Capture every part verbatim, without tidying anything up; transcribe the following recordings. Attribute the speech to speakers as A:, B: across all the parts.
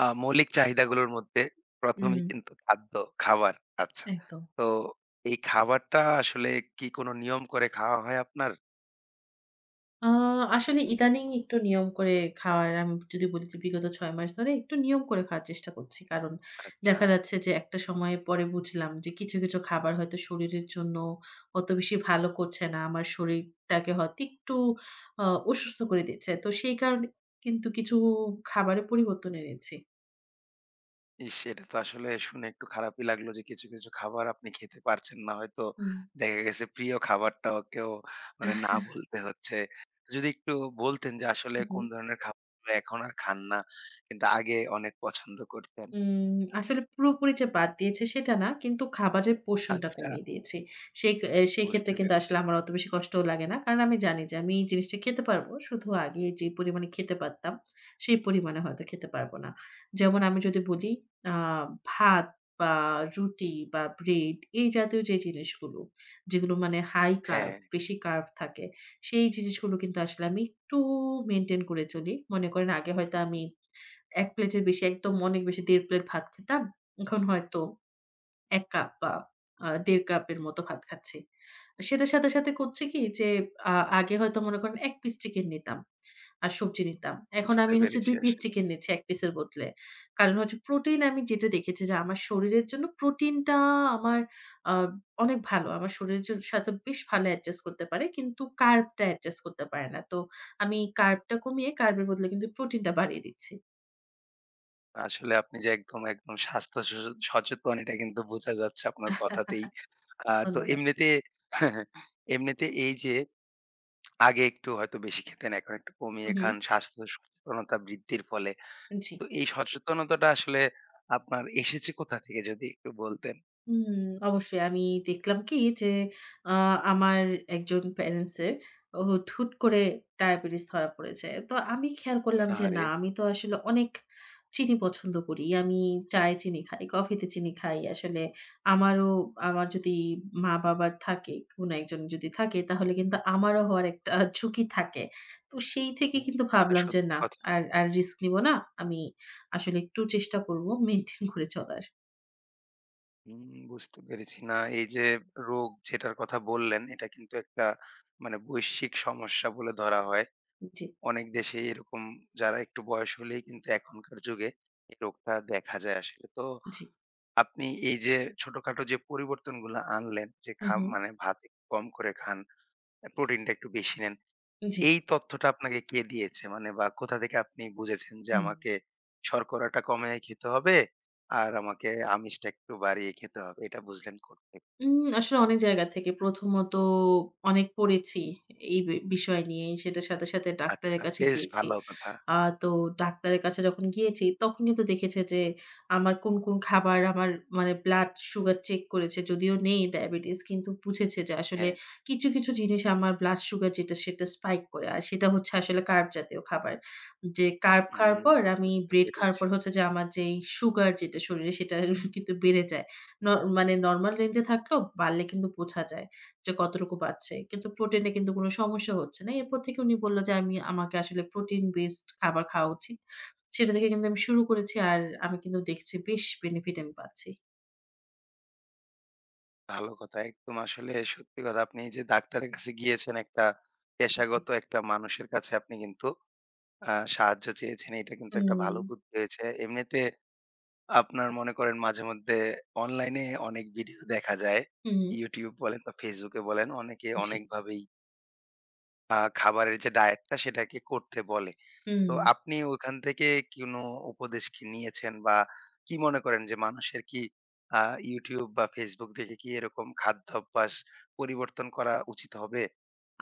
A: আ মৌলিক চাহিদাগুলোর মধ্যে প্রথম এই
B: হুম,
A: কিন্তু খাদ্য, খাবার। আচ্ছা।
B: একদম।
A: তো এই খাবারটা আসলে কি কোনো নিয়ম করে খাওয়া হয় আপনার?
B: আ আসলে ইদানিং একটু নিয়ম করে খাওয়ার আমি যদি বলি যে বিগত ছয় মাস ধরে একটু নিয়ম করে খাওয়ার চেষ্টা করছি। কারণ
A: আচ্ছা।
B: দেখা যাচ্ছে যে একটা সময় পরে বুঝলাম যে কিছু, কিছু খাবার হয়তো শরীরের জন্য অত বেশি ভালো করছে না। আমার শরীরটাকে হয়তো একটু আ অসুস্থ করে দিচ্ছে। তো সেই কারণে কিন্তু কিছু খাবারে পরিবর্তন এনেছি।
A: ইস! এটা তো আসলে শুনে একটু খারাপই লাগলো যে কিছু, কিছু খাবার আপনি খেতে পারছেন না। হয়তো
B: হুম।
A: দেখা গেছে প্রিয় খাবারটাকেও মানে না বলতে হচ্ছে। যদি একটু বলতেন যে আসলে
B: হুম
A: কোন ধরনের খাবারগুলো এখন আর খান না, কিন্তু আগে অনেক পছন্দ করতেন?
B: উম আসলে পুরোপুরি যে বাদ দিয়েছি সেটা না। কিন্তু খাবারের পোর্শনটা
A: আচ্ছা,
B: কমিয়ে দিয়েছি। সেই এ সেক্ষেত্রে
A: বুঝতে
B: কিন্তু
A: পেরেছি।
B: আসলে আমার অত বেশি কষ্টও লাগে না। কারণ আমি জানি যে আমি এই জিনিসটা খেতে পারবো। শুধু আগে যে পরিমাণে খেতে পারতাম, সেই পরিমাণে হয়তো খেতে পারবো না। যেমন আমি যদি বলি আ ভাত বা রুটি বা ব্রেড এই জাতীয় যে জিনিসগুলো, যেগুলো মানে হাই কার্ব,
A: হ্যাঁ,
B: বেশি কার্ব থাকে, সেই জিনিসগুলো কিন্তু আসলে আমি একটু মেইনটেইন করে চলি। মনে করেন আগে হয়তো আমি এক প্লেটের বেশি একদম অনেক বেশি দেড় প্লেট ভাত খেতাম। এখন হয়তো এক কাপ বা আ দেড় কাপের মতো ভাত খাচ্ছি। সেটার সাথে, সাথে করছি কি যে আ আগে হয়তো মনে করেন এক পিস চিকেন নিতাম আর সবজি নিতাম। এখন
A: বুঝতে
B: আমি হচ্ছে
A: পেরেছি
B: দুই পিস
A: আসলে।
B: চিকেন নিচ্ছি এক পিসের বদলে। কারণ হচ্ছে প্রোটিন আমি যেটা দেখেছি যে আমার শরীরের জন্য প্রোটিনটা আমার আ অনেক ভালো। আমার শরীরের জ সাথে বেশ ভালো অ্যাডজাস্ট করতে পারে। কিন্তু কার্বটা অ্যাডজাস্ট করতে পারে না। তো আমি কার্বটা কমিয়ে কার্বের বদলে কিন্তু প্রোটিনটা বাড়িয়ে দিচ্ছি।
A: আসলে আপনি যে একদম, একদম স্বাস্থ্য স সচেতন এটা কিন্তু বোঝা যাচ্ছে আপনার কথাতেই। আ তো
B: ধন্যবাদ।
A: এমনিতে এমনিতে এই যে আগে একটু হয়তো বেশি খেতেন, এখন একটু কমিয়ে
B: হুম, হুম।
A: খান স্বাস্থ্য সচেতনতা বৃদ্ধির ফলে।
B: জি।
A: তো এই সচেতনতাটা আসলে আপনার এসেছে কোথা থেকে যদি একটু বলতেন?
B: হুম, অবশ্যই আমি দেখলাম কি যে আ আমার একজন প্যারেন্টস এর হুট, হুট করে ডায়াবেটিস ধরা পড়েছে। তো আমি খেয়াল করলাম যে
A: আহারে!
B: না আমি তো আসলে অনেক চিনি পছন্দ করি। আমি চায়ে চিনি খাই, কফিতে চিনি খাই। আসলে আমারও আমার যদি মা-বাবার থাকে, কোনো একজন যদি থাকে তাহলে কিন্তু আমারও হওয়ার একটা ঝুঁকি থাকে। তো সেই থেকে
A: হুম,
B: কিন্তু
A: এটা
B: ভাবলাম যে
A: সত্যি
B: না
A: কথা।
B: আর, আর রিস্ক নিব না। আমি আসলে একটু চেষ্টা করব মেইনটেইন করে চলার।
A: হুম, বুঝতে পেরেছি। না এই যে রোগ যেটার কথা বললেন এটা কিন্তু একটা মানে বৈশ্বিক সমস্যা বলে ধরা হয়।
B: জি,
A: অনেক দেশেই এরকম যারা একটু বয়স হলেই কিন্তু এখনকার যুগে এই রোগটা দেখা যায় আসলে। তো
B: জি।
A: আপনি এই যে ছোটখাটো যে পরিবর্তনগুলো আনলেন যে
B: হু,
A: খা
B: হু।
A: মানে ভাত একটু কম করে খান, প্রোটিনটা একটু বেশি নেন।
B: জি।
A: এই তথ্যটা আপনাকে কে দিয়েছে? মানে বা কোথা থেকে আপনি বুঝেছেন যে
B: হুম।
A: আমাকে শর্করাটা কমিয়ে খেতে হবে আর আমাকে আমিষটা একটু বাড়িয়ে খেতে হবে। এটা বুঝলেন কোত্থেকে?
B: উম আসলে অনেক জায়গা থেকে। প্রথমত অনেক পড়েছি এই বি বিষয় নিয়ে। সেটার সাথে, সাথে ডাক্তারের
A: আচ্ছা
B: কাছে
A: বেশ
B: গিয়েছি।
A: ভালো কথা।
B: আ তো ডাক্তারের কাছে যখন গিয়েছি, তখন কিন্তু দেখেছে যে আমার কোন, কোন খাবার আমার মানে ব্লাড সুগার চেক করেছে। যদিও নেই ডায়াবেটিস কিন্তু বুঝেছে যে আসলে
A: হ্যাঁ,
B: কিছু, কিছু জিনিস আমার ব্লাড সুগার যেটা সেটা স্পাইক করে। আর সেটা হচ্ছে আসলে কার্ব জাতীয় খাবার। যে কার্ব খাওয়ার
A: হুম
B: পর আমি
A: বুঝতে
B: ব্রেড খাওয়ার
A: পেরেছি।
B: পর হচ্ছে যে আমার যেই সুগার যেটা শরীরে সেটা কিন্তু বেড়ে যায়। ন মানে নরমাল রেঞ্জ এ থাকলেও বাড়লে কিন্তু বোঝা যায় যে কতটুকু বাড়ছে। কিন্তু প্রোটিনে কিন্তু কোনো সমস্যা হচ্ছে না। এরপর থেকে উনি বলল যে আমি আমাকে আসলে প্রোটিন বেসড খাবার খাওয়া উচিত। সেটা থেকে কিন্তু আমি শুরু করেছি। আর আমি কিন্তু দেখছি বেশ বেনিফিট আমি পাচ্ছি।
A: ভালো কথা। একদম আসলে সত্যি কথা। আপনি এই যে ডাক্তারের কাছে গিয়েছেন একটা
B: জি।
A: পেশাগত একটা মানুষের কাছে আপনি কিন্তু আ সাহায্য চেয়েছেন। এটা কিন্তু একটা
B: হুম,
A: ভালো বুদ্ধি হয়েছে। এমনিতে আপনার মনে করেন মাঝে মধ্যে অনলাইনে অনেক ভিডিও দেখা যায়।
B: হুম,
A: YouTube বলেন বা Facebook এ বলেন অনেকে
B: জি,
A: অনেকভাবেই আ খাবারের যে ডায়েটটা সেটাকে করতে বলে।
B: হুম।
A: তো আপনি ওখান থেকে কোনো উপদেশ কি নিয়েছেন? বা কি মনে করেন যে মানুষের কি আ YouTube বা Facebook দেখে কি এরকম খাদ্যাভ্যাস পরিবর্তন করা উচিত হবে?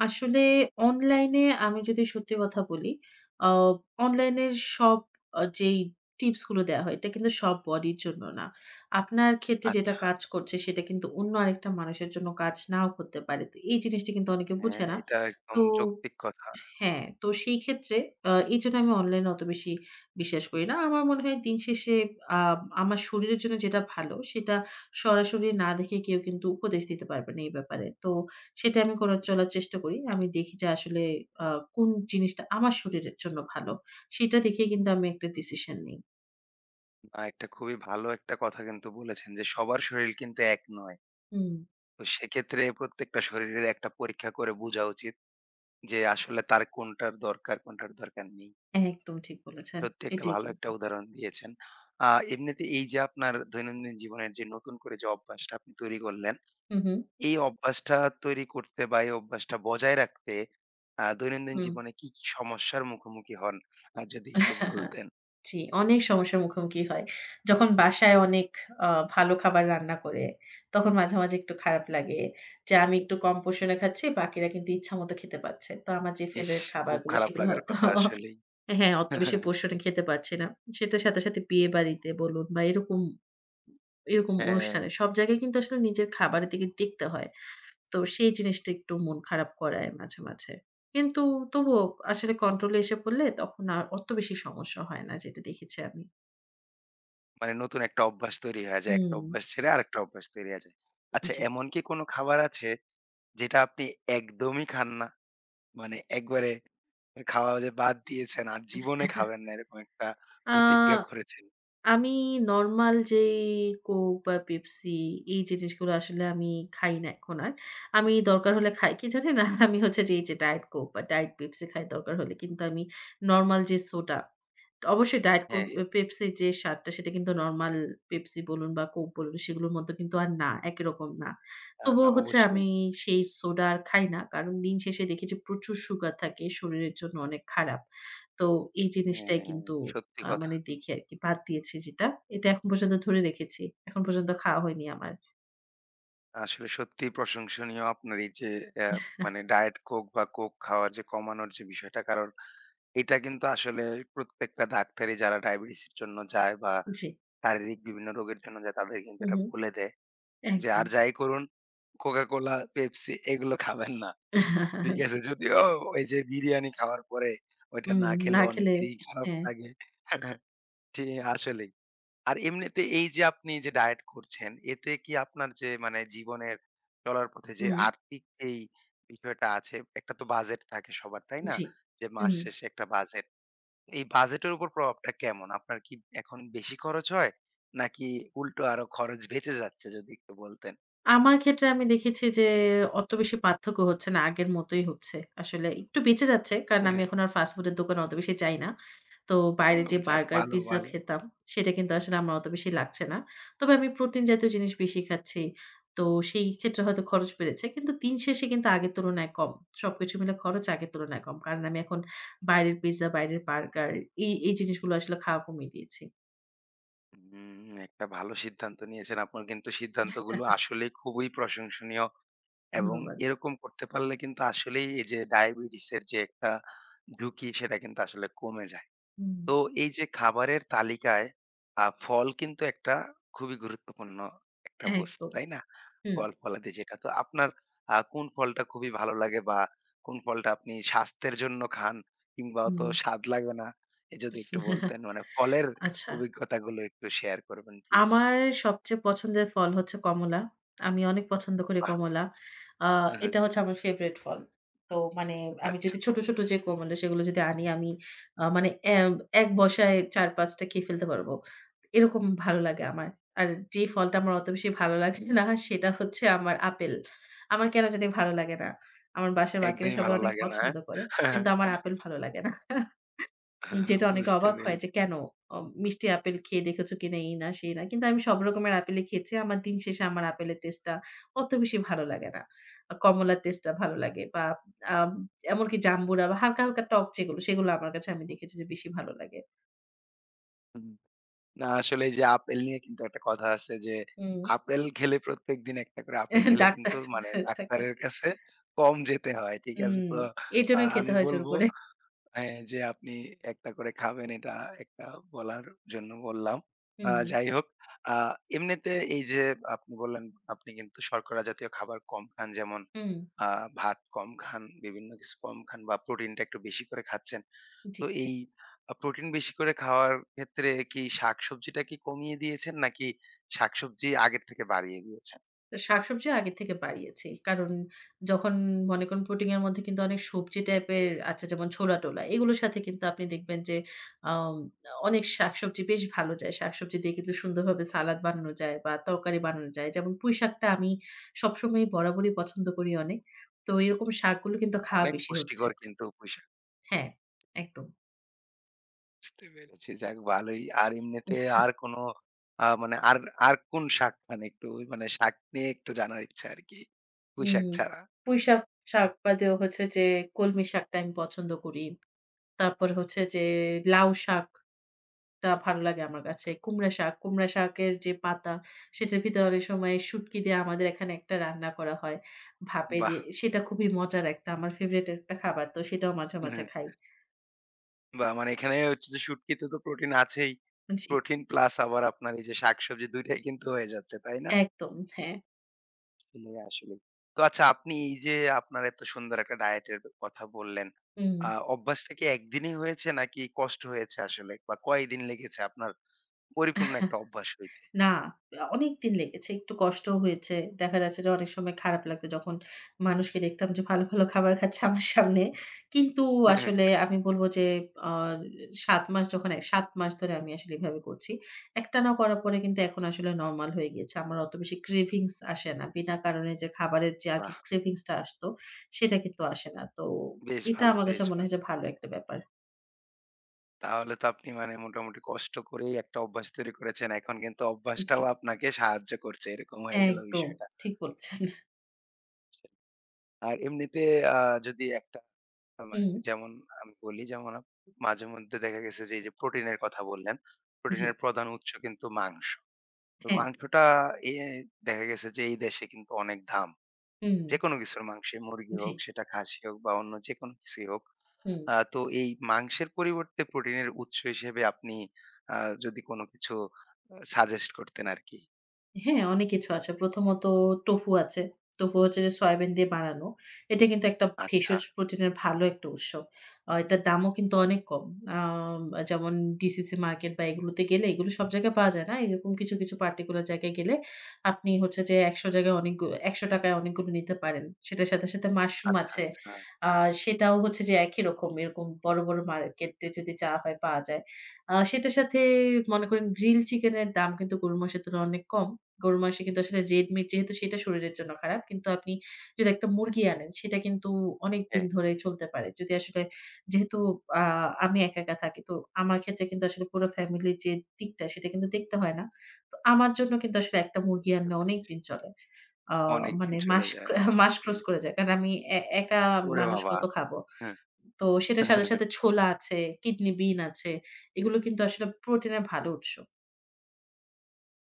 B: আসলে অনলাইনে আমি যদি সত্যি কথা বলি, আ অনলাইনের সব আ যেই টিপস গুলো দেয়া হয়, এটা কিন্তু সব বডির জন্য না। আপনার ক্ষেত্রে যেটা
A: আচ্ছা,
B: কাজ করছে, সেটা কিন্তু অন্য আরেকটা মানুষের জন্য কাজ নাও করতে পারে। তো এই জিনিসটা কিন্তু অনেকে বুঝে
A: হ্যাঁ,
B: না।
A: এটা একদম
B: তো
A: যৌক্তিক কথা।
B: হ্যাঁ, তো সেই ক্ষেত্রে আ এইজন্য আমি অনলাইনে অত বেশি বিশ্বাস করি না। আমার মনে হয় দিন শেষে আ আমার শরীরের জন্য যেটা ভালো সেটা সরাসরি না দেখে কেউ কিন্তু উপদেশ দিতে পারবে না এই ব্যাপারে। তো সেটা আমি করার
A: উম,
B: চলার চেষ্টা করি। আমি দেখি যে আসলে আ কোন জিনিসটা আমার শরীরের জন্য ভালো সেটা দেখে কিন্তু আমি একটা ডিসিশন নেই।
A: না, একটা খুবই ভালো একটা কথা কিন্তু বলেছেন যে সবার শরীর কিন্তু এক নয়।
B: হুম,
A: তো সেক্ষেত্রে প্রত্যেকটা শরীরের একটা পরীক্ষা করে বুঝা উচিত যে আসলে তার কোনটার দরকার, কোনটার দরকার নেই।
B: একদম ঠিক বলেছেন।
A: সত্যি একটা
B: এটাই
A: ভালো
B: কিন্তু।
A: একটা উদাহরণ দিয়েছেন। আ এমনিতে এই যে আপনার দৈনন্দিন জীবনের যে নতুন করে যে অভ্যাসটা আপনি তৈরি করলেন,
B: হু, হু,
A: এই অভ্যাসটা তৈরি করতে বা এই অভ্যাসটা বজায় রাখতে আ দৈনন্দিন
B: হুম।
A: জীবনে কি, কি সমস্যার মুখোমুখি হন? আর যদি একটু বলতেন।
B: জি, অনেক সমস্যার মুখোমুখি হয়। যখন বাসায় অনেক আ ভালো খাবার রান্না করে, তখন মাঝে, মাঝে একটু খারাপ লাগে যে আমি একটু কম পোষণে খাচ্ছি, বাকিরা কিন্তু ইচ্ছামত খেতে পারছে। তো আমার যে
A: ইস!
B: ফেভারিট
A: খুব
B: খাবারগুলো
A: খারাপ
B: সেগুলো
A: লাগার
B: হয়তো
A: কথা আসলেই।
B: হ্যাঁ, অত বেশি পোষণে খেতে পারছি না। সেটার সাথে, সাথে বিয়ে বাড়িতে বলুন বা এরকম, এরকম
A: হ্যাঁ,
B: অনুষ্ঠানে সব জায়গায় কিন্তু আসলে নিজের খাবারের দিকে দেখতে হয়। তো সেই জিনিসটা একটু মন খারাপ করায় মাঝে, মাঝে। কিন্তু তবুও আসলে কন্ট্রোল এ এসে পড়লে তখন আর অত বেশি সমস্যা হয় না যেটা দেখেছি আমি।
A: মানে নতুন একটা অভ্যাস তৈরি হয়ে যায়। একটা
B: হুম,
A: অভ্যাস ছেড়ে আরেকটা অভ্যাস তৈরি হয়ে যায়। আচ্ছা
B: জি।
A: এমন কি কোনো খাবার আছে যেটা আপনি একদমই খান না? মানে একবারে খাওয়া যে বাদ দিয়েছেন আর জীবনে খাবেন না এরকম একটা
B: আ
A: প্রতিজ্ঞা করেছেন।
B: আমি নরমাল যেই কোক বা পেপসি এই জিনিসগুলো আসলে আমি খাই না এখন আর। আমি দরকার হলে খাই কি জানেন? আমি হচ্ছে যে এই যে ডায়েট কোক বা ডায়েট পেপসি খাই দরকার হলে। কিন্তু আমি নরমাল যে সোডা, অবশ্যই ডায়েট কোক
A: হ্যাঁ,
B: এ
A: হ্যাঁ।
B: পেপসির যে স্বাদটা সেটা কিন্তু নরমাল পেপসি বলুন বা কোক বলুন সেগুলোর মধ্যে কিন্তু আর না, একই রকম না।
A: আ না
B: তবুও হচ্ছে
A: অবশ্যই।
B: আমি সেই সোডা আর খাই না। কারণ দিন শেষে দেখি যে প্রচুর সুগার থাকে, শরীরের জন্য অনেক খারাপ। তো এই জিনিসটাই
A: হ্যাঁ,
B: কিন্তু
A: সত্যি
B: আ
A: কথা।
B: মানে দেখি আরকি। বাদ দিয়েছি যেটা, এটা এখন পর্যন্ত ধরে রেখেছি। এখন পর্যন্ত খাওয়া হয়নি আমার।
A: আসলে সত্যিই প্রশংসনীয় আপনার এই যে অ্যা মানে ডায়েট কোক বা কোক খাওয়ার যে কমানোর যে বিষয়টা। কারণ এটা কিন্তু আসলে প্রত্যেকটা ডাক্তারই যারা ডায়াবেটিসের জন্য যায় বা
B: জি।
A: শারীরিক বিভিন্ন রোগের জন্য যায় তাদের কিন্তু
B: হু,
A: এটা
B: হু।
A: বলে দেয় যে,
B: একদম।
A: "আর যাই করুন Coca Cola, Pepsi এগুলো খাবেন না।" ঠিক আছে।
B: জি।
A: যদিও ওই যে বিরিয়ানি খাওয়ার পরে ওইটা
B: হুম,
A: না
B: না
A: খেলে
B: খেলে
A: অনেকেরই খারাপ
B: হ্যাঁ।
A: লাগে। জি, আসলেই। আর এমনিতে এই যে আপনি যে ডায়েট করছেন, এতে কি আপনার যে মানে জীবনের চলার পথে যে
B: হুম,
A: আর্থিক এই বিষয়টা আছে, একটা তো বাজেট থাকে সবার, তাই না?
B: জি।
A: যে মাস
B: হুম।
A: শেষে একটা বাজেট। এই বাজেটের উপর প্রভাবটা কেমন? আপনার কি এখন বেশি খরচ হয়? নাকি উল্টো আরো খরচ বেঁচে যাচ্ছে? যদি একটু বলতেন।
B: আমার ক্ষেত্রে আমি দেখেছি যে অত বেশি পার্থক্য হচ্ছে না। আগের মতোই হচ্ছে। আসলে একটু বেঁচে যাচ্ছে। কারণ আমি
A: হ্যাঁ,
B: এখন আর ফাস্ট ফুডের দোকানে অত বেশি যাই না। তো বাইরে
A: উম
B: যে
A: যাক
B: বার্গার,
A: ভালো,
B: পিজ্জা
A: ভালো।
B: খেতাম, সেটা কিন্তু আসলে আমার অত বেশি লাগছে না। তবে আমি প্রোটিন জাতীয় জিনিস বেশি খাচ্ছি। তো সেই ক্ষেত্রে হয়তো খরচ বেড়েছে। কিন্তু দিন শেষে কিন্তু আগের তুলনায় কম। সবকিছু মিলে খরচ আগের তুলনায় কম। কারণ আমি এখন বাইরের পিজ্জা, বাইরের বার্গার এই, এই জিনিসগুলো আসলে খাওয়া কমিয়ে দিয়েছি।
A: হুম, একটা ভালো সিদ্ধান্ত নিয়েছেন। আপনার কিন্তু সিদ্ধান্তগুলো আসলেই খুবই প্রশংসনীয় এবং
B: ধন্যবাদ।
A: এরকম করতে পারলে কিন্তু আসলেই এই যে ডায়াবেটিসের যে একটা ঝুঁকি সেটা কিন্তু আসলে কমে যায়।
B: হুম,
A: তো এই যে খাবারের তালিকায় আ ফল কিন্তু একটা খুবই গুরুত্বপূর্ণ একটা বস্তু,
B: একদম।
A: তাই না?
B: হুম,
A: ফল-ফলাদি যেটা। তো আপনার আ কোন ফলটা খুবই ভালো লাগে বা কোন ফলটা আপনি স্বাস্থ্যের জন্য খান কিংবা অত
B: হুম।
A: স্বাদ লাগে না? এ যদি একটু বলতেন মানে ফলের
B: আচ্ছা।
A: অভিজ্ঞতাগুলো একটু শেয়ার করবেন প্লিজ।
B: আমার সবচেয়ে পছন্দের ফল হচ্ছে কমলা। আমি অনেক পছন্দ করি
A: বাহ!
B: কমলা। আ এটা হচ্ছে আমার ফেভারাইট ফল। তো মানে আমি
A: আচ্ছা।
B: যদি ছোট, ছোট যে কমলা সেগুলো যদি আনি আমি আ মানে এব এক বসায় চার পাঁচ টা খেয়ে ফেলতে পারবো। এরকম ভালো লাগে আমার। আর যে ফলটা আমার অত বেশি ভালো লাগে না সেটা হচ্ছে আমার আপেল। আমার কেন জানি ভালো লাগে না। আমার বাসার বাকিরা
A: একদমই
B: সবাই
A: ভালো
B: অনেক
A: লাগে না, হ্যাঁ?
B: পছন্দ করে। কিন্তু আমার আপেল ভালো লাগে না। যেটা অনেকে
A: বুঝতে
B: অবাক হয় যে
A: পেরেছি।
B: কেন অ মিষ্টি আপেল খেয়ে দেখেছো কিনা এই না সেই না। কিন্তু আমি সব রকমের আপেলই খেয়েছি। আমার দিন শেষে আমার আপেলের টেস্টটা অত বেশি ভালো লাগে না। আ কমলার টেস্টটা ভালো লাগে বা আম এমনকি জাম্বুরা বা হালকা, হালকা টক যেগুলো সেগুলো আমার কাছে আমি দেখেছি যে বেশি ভালো লাগে।
A: না আসলে এই যে আপেল নিয়ে কিন্তু একটা কথা আছে যে
B: হুম।
A: আপেল খেলে প্রত্যেকদিন একটা করে আপেল খেলে
B: ডাক্তার
A: কিন্তু মানে
B: থাকে।
A: ডাক্তারের কাছে কম যেতে হয়। ঠিক আছে?
B: হুম।
A: তো আ
B: এজন্য খেতে
A: আমি
B: হয় জোর
A: বলব
B: করে।
A: হ্যাঁ, যে আপনি একটা করে খাবেন এটা একটা বলার জন্য বললাম। আ
B: হুম,
A: যাই হোক আ এমনিতে এই যে আপনি বললেন আপনি কিন্তু শর্করা জাতীয় খাবার কম খান যেমন
B: হুম।
A: আ ভাত কম খান, বিভিন্ন কিছু কম খান বা প্রোটিনটা একটু বেশি করে খাচ্ছেন।
B: জি।
A: তো এই আ প্রোটিন বেশি করে খাওয়ার ক্ষেত্রে কি শাকসবজিটা কি কমিয়ে দিয়েছেন? নাকি শাকসবজি আগের থেকে বাড়িয়ে দিয়েছেন?
B: শাকসবজি আগে থেকে বাড়িয়েছি। কারণ যখন মনে করুন প্রোটিন এর মধ্যে কিন্তু অনেক সবজি টাইপের আছে যেমন ছোলা-টোলা এগুলোর সাথে কিন্তু আপনি দেখবেন যে আম অনেক শাকসবজি বেশ ভালো যায়। শাকসবজি দিয়ে কিন্তু সুন্দরভাবে সালাদ বানানো যায় বা তরকারি বানানো যায়। যেমন পুঁইশাকটা আমি সবসময় বরাবরই পছন্দ করি অনেক। তো এরকম শাকগুলো কিন্তু খাওয়া
A: অনেক
B: বেশি হচ্ছে।
A: পুষ্টিকর কিন্তু পুঁইশাক।
B: হ্যাঁ, একদম।
A: বুঝতে পেরেছি। যাক ভালোই। আর এমনিতে আর কোনো আ মানে আর আর কোন শাক খান একটু? মানে শাক নিয়ে একটু জানার ইচ্ছা আরকি।
B: হুম,
A: পুঁইশাক ছাড়া।
B: পুঁইশাক শাক শাক বাদেও হচ্ছে যে কলমি শাকটা আমি পছন্দ করি। তারপর হচ্ছে যে লাউ শাক টা ভালো লাগে আমার কাছে। কুমড়া শাক, কুমড়া শাকের যে পাতা সেটার ভিতরে অনেক সময় শুটকি দিয়ে আমাদের এখানে একটা রান্না করা হয়। ভাপে
A: বাহ!
B: দিয়ে সেটা খুবই মজার একটা আমার ফেভারাইট একটা খাবার। তো সেটাও মাঝে,
A: হুম।
B: মাঝে খাই।
A: বাহ! মানে এখানে হচ্ছে যে শুটকিতে তো প্রোটিন আছেই।
B: জি,
A: প্রোটিন প্লাস আবার আপনার এই যে শাকসবজি দুই টাই কিন্তু হয়ে যাচ্ছে, তাই না?
B: একদম হ্যাঁ।
A: আসলেই, আসলেই। তো আচ্ছা আপনি এই যে আপনার এত সুন্দর একটা ডায়েটের কথা বললেন।
B: হুম।
A: আ অভ্যাসটা কি একদিনেই হয়েছে নাকি কষ্ট হয়েছে আসলে? বা কয়দিন লেগেছে আপনার পরিপূর্ণ একটা অভ্যাস হইতে?
B: না, আ অনেকদিন লেগেছে। একটু কষ্টও হয়েছে। দেখা যাচ্ছে যে অনেক সময় খারাপ লাগতো যখন মানুষকে দেখতাম যে ভালো, ভালো খাবার খাচ্ছে আমার সামনে। কিন্তু আসলে আমি বলব যে আ সাত মাস যখন সাত মাস ধরে আমি আসলে এভাবে করছি। একটানা করার পরে কিন্তু এখন আসলে নরমাল হয়ে গিয়েছে। আমার অত বেশি ক্রেভিংস আসে না। বিনা কারণে যে খাবারের যে আগে
A: বাহ!
B: ক্রেভিংস টা আসতো সেটা কিন্তু আসে না। তো
A: বেশ
B: এটা
A: ভালো,
B: আমার কাছে
A: বেশ
B: মনে হয়
A: ভালো।
B: যে ভালো একটা ব্যাপার।
A: তাহলে তো আপনি মানে মোটামুটি কষ্ট করেই একটা অভ্যাস তৈরি করেছেন। এখন কিন্তু
B: জি,
A: অভ্যাসটাও আপনাকে সাহায্য করছে। এরকম হয়ে গেল
B: একদম
A: বিষয়টা।
B: ঠিক বলেছেন।
A: আর এমনিতে আ যদি একটা আ মানে
B: হুম,
A: যেমন আমি বলি যেমন আপ মাঝেমধ্যে দেখা গেছে যে এই যে প্রোটিনের কথা বললেন।
B: জি,
A: প্রোটিনের প্রধান উৎস কিন্তু মাংস। তো
B: হ্যাঁ,
A: মাংসটা এ দেখা গেছে যে এই দেশে কিন্তু অনেক দাম।
B: হুম,
A: যেকোনো কিছুর মাংসে মুরগি
B: জি।
A: হোক, সেটা খাসি হোক বা অন্য যেকোনো কিছুই হোক।
B: হুম।
A: আ তো এই মাংসের পরিবর্তে প্রোটিনের উৎস হিসেবে আপনি আ যদি কোনো কিছু আ সাজেস্ট করতেন আরকি।
B: হ্যাঁ, অনেক কিছু আছে। প্রথমত টোফু আছে। টোফু হচ্ছে যে সয়াবিন দিয়ে বানানো। এটা কিন্তু একটা
A: আচ্ছা,
B: ভেষজ প্রোটিনের ভালো একটা উৎস। আ এটার দামও কিন্তু অনেক কম। আম যেমন ডি সি সি মার্কেট বা এগুলোতে গেলে এগুলো সব জায়গায় পাওয়া যায় না। এরকম কিছু, কিছু পার্টিকুলার জায়গায় গেলে আপনি হচ্ছে যে ৳একশো জায়গায় অনেকগু ৳একশো য় অনেকগুলো নিতে পারেন। সেটার সাথে, সাথে মাশরুম
A: আচ্ছা,
B: আছে।
A: আচ্ছা।
B: আ সেটাও হচ্ছে যে একই রকম এরকম বড়, বড় মার্কেটে যদি চাওয়া হয় পাওয়া যায়। আ সেটার সাথে মনে করেন গ্রিল চিকেনের দাম কিন্তু গরুর মাংসের তুলনায় অনেক কম। গরুর মাংসে কিন্তু আসলে রেড মিট যেহেতু সেটা শরীরের জন্য খারাপ। কিন্তু আপনি যদি একটা মুরগি আনেন সেটা কিন্তু অনেকদিন
A: হ্যাঁ,
B: ধরে চলতে পারে। যদি আসলে যেহেতু আ আমি একা, একা থাকি। তো আমার ক্ষেত্রে কিন্তু আসলে পুরো ফ্যামিলির যে দিকটা সেটা কিন্তু দেখতে হয় না। তো আমার জন্য কিন্তু আসলে একটা মুরগি
A: বুঝতে
B: আনলে
A: পেরেছি।
B: অনেকদিন চলে। আ
A: অনেকদিন
B: মানে
A: চলে
B: মাস
A: যায়।
B: মাস ক্রস করে যায়। কারণ আমি এ একা
A: ওরে
B: মানুষ
A: বাবা!
B: কত খাবো?
A: হ্যাঁ।
B: তো সেটার সাথে, সাথে ছোলা আছে, কিডনি বিন আছে। এগুলো কিন্তু আসলে প্রোটিনের ভালো উৎস।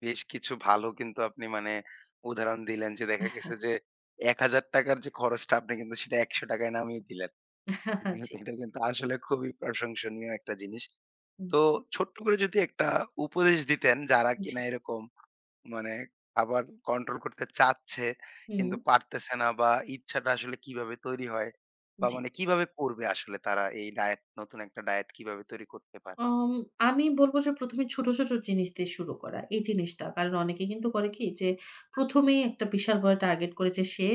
A: বেশ কিছু ভালো কিন্তু আপনি মানে উদাহরণ দিলেন যে দেখা গেছে যে ৳এক হাজার টাকা র যে খরচটা আপনি কিন্তু সেটা ৳একশো টাকা য় নামিয়ে দিলেন।
B: জি।
A: এটা কিন্তু আসলে খুবই প্রশংসনীয় একটা জিনিস।
B: হুম,
A: তো ছোট্ট করে যদি একটা উপদেশ দিতেন যারা
B: জি।
A: কিনা এরকম মানে খাবার কন্ট্রোল করতে চাচ্ছে
B: হুম।
A: কিন্তু পারতেছে না বা ইচ্ছাটা আসলে কিভাবে তৈরি হয়? বা
B: জি।
A: মানে কিভাবে করবে আসলে তারা এই ডায়েট নতুন একটা ডায়েট কিভাবে তৈরি করতে পারে?
B: আম আমি বলব যে ১ম এ ছোট, ছোট জিনিস দিয়ে শুরু করা। এই জিনিসটা। কারণ অনেকে কিন্তু করে কি যে ১ম এই একটা বিশাল বড় টার্গেট করেছে সে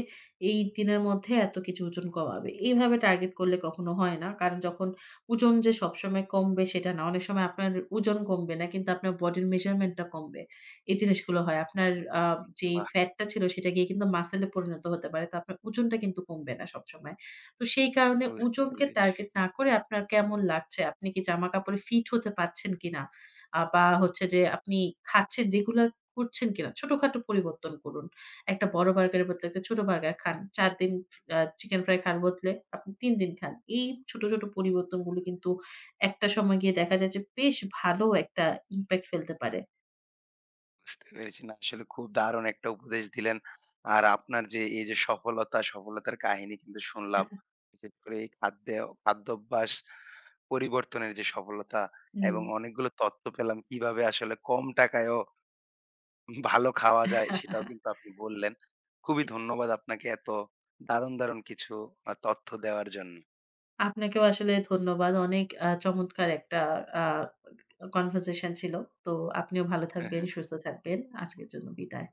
B: এই দিনের মধ্যে এত কেজি ওজন কমাবে। এইভাবে টার্গেট করলে কখনো হয় না। কারণ যখন ওজন যে সবসময় কমবে সেটা না। অনেক সময় আপনার ওজন কমবে না কিন্তু আপনার বডির মেজারমেন্ট টা কমবে। এই জিনিসগুলো হয়। আপনার আ
A: হুম।
B: যেই
A: বাহ!
B: ফ্যাট টা ছিল সেটা গিয়ে কিন্তু মাসল এ পরিণত হতে পারে। তো আপনার ওজনটা কিন্তু কমবে না সবসময়। তো সেই কারণে
A: বুঝতে
B: ওজনকে
A: পেরেছি।
B: টার্গেট না করে আপনার কেমন লাগছে? আপনি কি জামাকাপড়ে ফিট হতে পারছেন কিনা? আ বা হচ্ছে যে আপনি খাচ্ছেন রেগুলার করছেন কিনা? ছোটখাটো পরিবর্তন করুন। একটা বড় বার্গারের বদলে একটা ছোট বার্গার খান। চার দিন আ চিকেন ফ্রাই খাওয়ার বদলে আপনি তিন দিন খান। এই ছোট, ছোট পরিবর্তনগুলো কিন্তু একটা সময় গিয়ে দেখা যায় যে বেশ ভালো একটা ইমপ্যাক্ট ফেলতে পারে।
A: বুঝতে পেরেছি। না, আসলে খুব দারুণ একটা উপদেশ দিলেন। আর আপনার যে এই যে সফলতা, সফলতার কাহিনী কিন্তু শুনলাম। বিশেষ করে এই খাদ্যে খাদ্যাভ্যাস পরিবর্তনের যে সফলতা
B: হুম।
A: এবং অনেকগুলো তথ্য পেলাম কিভাবে আসলে কম টাকায়ও ভালো খাওয়া যায় সেটাও কিন্তু আপনি বললেন। খুবই
B: জি।
A: ধন্যবাদ আপনাকে এত দারুণ, দারুণ কিছু আ তথ্য দেওয়ার জন্য।
B: আপনাকেও আসলে ধন্যবাদ। অনেক আ চমৎকার একটা আ কনভারসেশন ছিল। তো আপনিও ভালো থাকবেন,
A: হ্যাঁ।
B: সুস্থ থাকবেন। আজকের জন্য বিদায়।